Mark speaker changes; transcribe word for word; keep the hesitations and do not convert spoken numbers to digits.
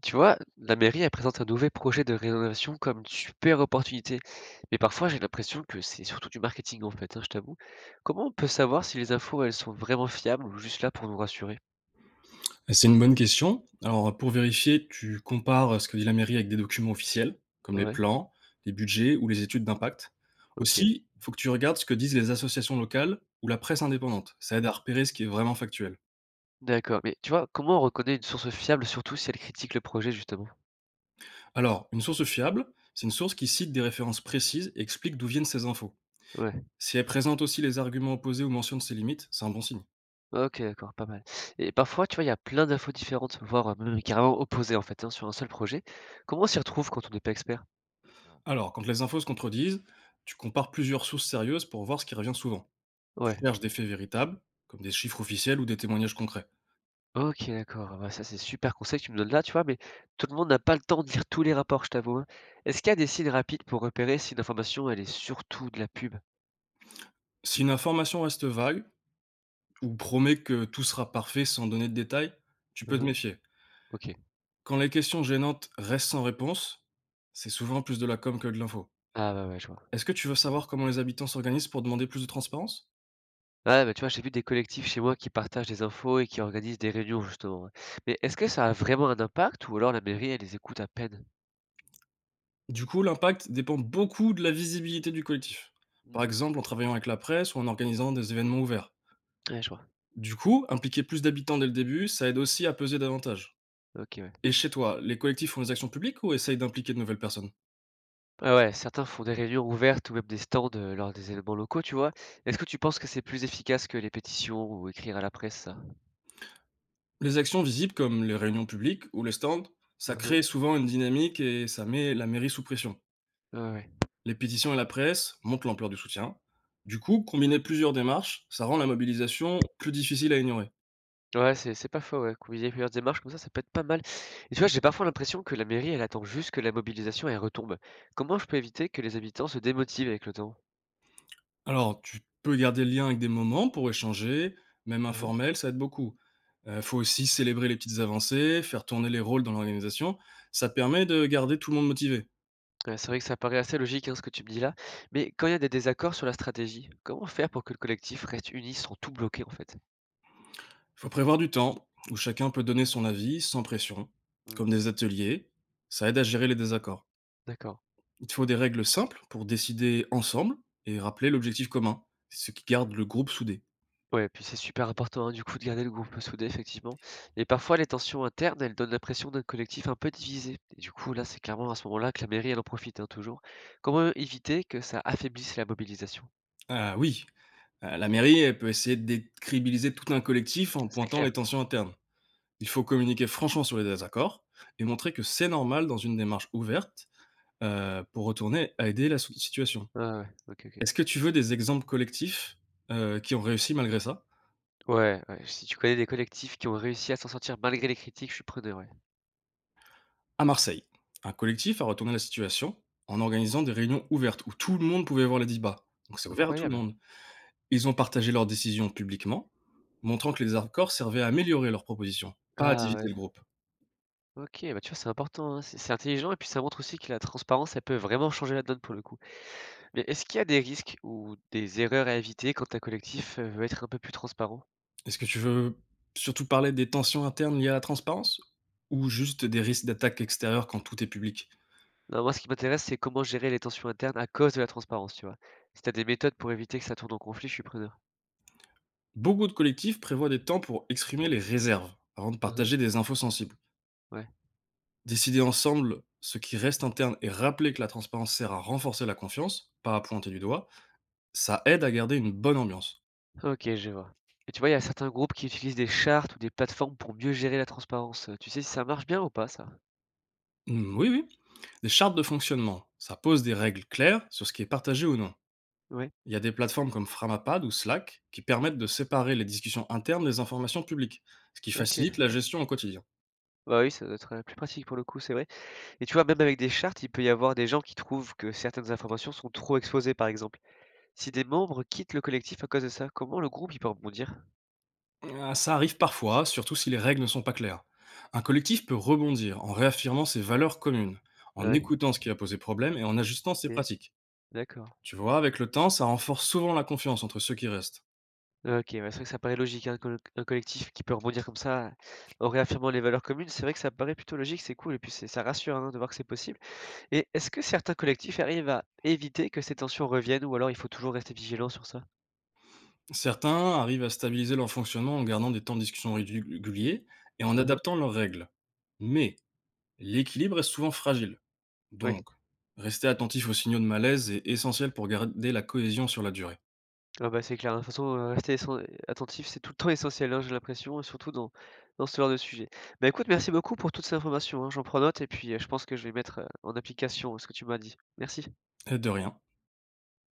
Speaker 1: Tu vois, la mairie, elle présente un nouveau projet de rénovation comme une super opportunité. Mais parfois, j'ai l'impression que c'est surtout du marketing, en fait, hein, je t'avoue. Comment on peut savoir si les infos, elles sont vraiment fiables ou juste là pour nous rassurer?
Speaker 2: C'est une bonne question. Alors, pour vérifier, tu compares euh, ce que dit la mairie avec des documents officiels, comme les
Speaker 1: Ouais,
Speaker 2: plans, les budgets ou les études d'impact.
Speaker 1: ok.
Speaker 2: Aussi, il faut que tu regardes ce que disent les associations locales ou la presse indépendante. Ça aide à
Speaker 1: Mm.
Speaker 2: repérer ce qui est vraiment factuel.
Speaker 1: D'accord, mais tu vois, comment on reconnaît une source fiable, surtout si elle critique le projet, justement?
Speaker 2: Alors, une source fiable, c'est une source qui cite des références précises et explique d'où viennent ces infos.
Speaker 1: Ouais,
Speaker 2: Si elle présente aussi les arguments opposés ou mentionne ses limites, c'est un bon signe.
Speaker 1: ok, d'accord, pas mal. Et parfois, tu vois, il y a plein d'infos différentes, voire même carrément opposées, en fait, hein, sur un seul projet. Comment on s'y retrouve quand on n'est pas expert?
Speaker 2: Alors, quand les infos se contredisent, tu compares plusieurs sources sérieuses pour voir ce qui revient souvent. Tu
Speaker 1: Ouais.
Speaker 2: cherches des faits véritables, comme des chiffres officiels ou des témoignages concrets.
Speaker 1: OK, d'accord. Ah bah, ça, c'est super conseil que tu me donnes là, tu vois, mais tout le monde n'a pas le temps de lire tous les rapports, je t'avoue, hein. Est-ce qu'il y a des signes rapides pour repérer si une information, elle est surtout de la pub?
Speaker 2: Si une information reste vague ou promet que tout sera parfait sans donner de détails, tu peux te
Speaker 1: Mmh.
Speaker 2: méfier.
Speaker 1: OK.
Speaker 2: Quand les questions gênantes restent sans réponse, c'est souvent plus de la com que de l'info.
Speaker 1: Ah bah ouais, je vois.
Speaker 2: Est-ce que tu veux savoir comment les habitants s'organisent pour demander plus de transparence?
Speaker 1: Ouais, bah, tu vois, j'ai vu des collectifs chez moi qui partagent des infos et qui organisent des réunions, justement, hein. Mais est-ce que ça a vraiment un impact ou alors la mairie, elle les écoute à peine?
Speaker 2: Du coup, l'impact dépend beaucoup de la visibilité du collectif. Par
Speaker 1: Mmh.
Speaker 2: exemple, en travaillant avec la presse ou en organisant des événements ouverts.
Speaker 1: Ouais, je vois.
Speaker 2: Du coup, impliquer plus d'habitants dès le début, ça aide aussi à peser davantage.
Speaker 1: OK, ouais.
Speaker 2: Et chez toi, les collectifs font des actions publiques ou essayent d'impliquer de nouvelles personnes?
Speaker 1: Ah ouais, certains font des réunions ouvertes ou même des stands, heu, lors des événements locaux, tu vois? Est-ce que tu penses que c'est plus efficace que les pétitions ou écrire à la presse, ça?
Speaker 2: Les actions visibles comme les réunions publiques ou les stands, ça
Speaker 1: Mmh.
Speaker 2: crée souvent une dynamique et ça met la mairie sous pression.
Speaker 1: Ouais, ouais.
Speaker 2: Les pétitions et la presse montrent l'ampleur du soutien. Du coup, combiner plusieurs démarches, ça rend la mobilisation plus difficile à ignorer.
Speaker 1: Ouais, c'est c'est pas faux, ouais, combiner plusieurs démarches comme ça, ça peut être pas mal. Et tu vois, j'ai parfois l'impression que la mairie, elle attend juste que la mobilisation, elle retombe. Comment je peux éviter que les habitants se démotivent avec le temps?
Speaker 2: Alors, tu peux garder le lien avec des moments pour échanger, même
Speaker 1: Mhm.
Speaker 2: informel, ça aide beaucoup. Il faut aussi célébrer les petites avancées, faire tourner les rôles dans l'organisation. Ça permet de garder tout le monde motivé.
Speaker 1: Ouais, c'est vrai que ça paraît assez logique, hein, ce que tu me dis là. Mais quand il y a des désaccords sur la stratégie, comment faire pour que le collectif reste uni sans tout bloquer, en fait?
Speaker 2: Il faut prévoir du temps où chacun peut donner son avis sans pression,
Speaker 1: Mm.
Speaker 2: comme des ateliers. Ça aide à gérer les désaccords.
Speaker 1: D'accord.
Speaker 2: Il te faut des règles simples pour décider ensemble et rappeler l'objectif commun, ce qui garde le groupe soudé.
Speaker 1: Ouais, puis c'est super important, hein, du coup, de garder le groupe soudé, effectivement. Et parfois, les tensions internes, elles donnent l'impression d'un collectif un peu divisé. Et du coup, là, c'est clairement à ce moment-là que la mairie, elle en profite, hein, toujours. Comment éviter que ça affaiblisse la mobilisation?
Speaker 2: Ah oui, euh, la mairie elle peut essayer de décribiliser tout un collectif en
Speaker 1: C'est
Speaker 2: pointant les
Speaker 1: clair.
Speaker 2: tensions internes. Il faut communiquer franchement sur les désaccords et montrer que c'est normal dans une démarche ouverte, euh, pour retourner à aider la sou- situation.
Speaker 1: Ouais, ouais, ouais. Ok, ok.
Speaker 2: Est-ce que tu veux des exemples collectifs, euh, qui ont réussi malgré ça?
Speaker 1: Ouais, ouais, si tu connais des collectifs qui ont réussi à s'en sortir malgré les critiques, je suis preneur, ouais.
Speaker 2: À Marseille, un collectif a retourné la situation en organisant des réunions ouvertes où tout le monde pouvait voir les débats. Donc c'est ouvert à tout le
Speaker 1: Incroyable.
Speaker 2: monde. Ils ont partagé leurs décisions publiquement, montrant que les accords servaient à améliorer leurs propositions, pas à
Speaker 1: Ah ouais.
Speaker 2: diviser le groupe.
Speaker 1: Ok, bah tu vois, c'est important, hein. C'est c'est intelligent et puis ça montre aussi que la transparence, elle peut vraiment changer la donne pour le coup. Mais est-ce qu'il y a des risques ou des erreurs à éviter quand un collectif euh, veut être un peu plus transparent?
Speaker 2: Est-ce que tu veux surtout parler des tensions internes liées à la transparence ou juste des risques d'attaque extérieure quand tout est public?
Speaker 1: Non, moi, ce qui m'intéresse, c'est comment gérer les tensions internes à cause de la transparence, tu vois? Si t'as des méthodes pour éviter que ça tourne en conflit, je suis preneur.
Speaker 2: Beaucoup de collectifs prévoient des temps pour exprimer les réserves avant de
Speaker 1: Mmh.
Speaker 2: partager des infos sensibles.
Speaker 1: Ouais.
Speaker 2: Décider ensemble ce qui reste interne et rappeler que la transparence sert à renforcer la confiance, pas à pointer du doigt, ça aide à garder une bonne ambiance.
Speaker 1: OK, je vois. Et tu vois, il y a certains groupes qui utilisent des chartes ou des plateformes pour mieux gérer la transparence. Euh, Tu sais si ça marche bien ou pas, ça?
Speaker 2: Hmm, oui, oui. Des chartes de fonctionnement, ça pose des règles claires sur ce qui est partagé ou non.
Speaker 1: Ouais.
Speaker 2: Il y a des plateformes comme Framapad ou Slack qui permettent de séparer les discussions internes des informations publiques, ce qui
Speaker 1: OK.
Speaker 2: facilite la gestion au quotidien.
Speaker 1: Bah oui, ça doit être, heu, plus pratique pour le coup, c'est vrai. Et tu vois, même avec des chartes, il peut y avoir des gens qui trouvent que certaines informations sont trop exposées, par exemple. Si des membres quittent le collectif à cause de ça, comment le groupe, il peut rebondir?
Speaker 2: Ah, ça arrive parfois, surtout si les règles ne sont pas claires. Un collectif peut rebondir en réaffirmant ses valeurs communes, en
Speaker 1: Ouais,
Speaker 2: écoutant ce qui a posé problème et en ajustant ses
Speaker 1: OK,
Speaker 2: pratiques.
Speaker 1: d'accord.
Speaker 2: Tu vois, avec le temps, ça renforce souvent la confiance entre ceux qui restent.
Speaker 1: OK, ouais, c'est vrai que ça paraît logique, hein, col un collectif qui peut rebondir comme ça, en réaffirmant les valeurs communes, c'est vrai que ça paraît plutôt logique, c'est cool et puis c'est ça rassure, hein, de voir que c'est possible. Et est-ce que certains collectifs arrivent à éviter que ces tensions reviennent ou alors il faut toujours rester vigilant sur ça?
Speaker 2: Certains arrivent à stabiliser leur fonctionnement en gardant des temps de discussion réguliers et en
Speaker 1: Mmh.
Speaker 2: adaptant leurs règles. Mais l'équilibre est souvent fragile.
Speaker 1: Oui,
Speaker 2: Donc, rester attentif aux signaux de malaise est essentiel pour garder la cohésion sur la durée.
Speaker 1: ah bah, c'est clair, hein, de toute façon, heu, rester essen attentif, c'est tout le temps essentiel, hein, j'ai l'impression, et surtout dans dans ce genre de sujet. Bah, écoute, merci beaucoup pour toutes ces informations, hein, j'en prends note et puis, heu, je pense que je vais mettre, heu, en application ce que tu m'as dit. Merci.
Speaker 2: Et de rien.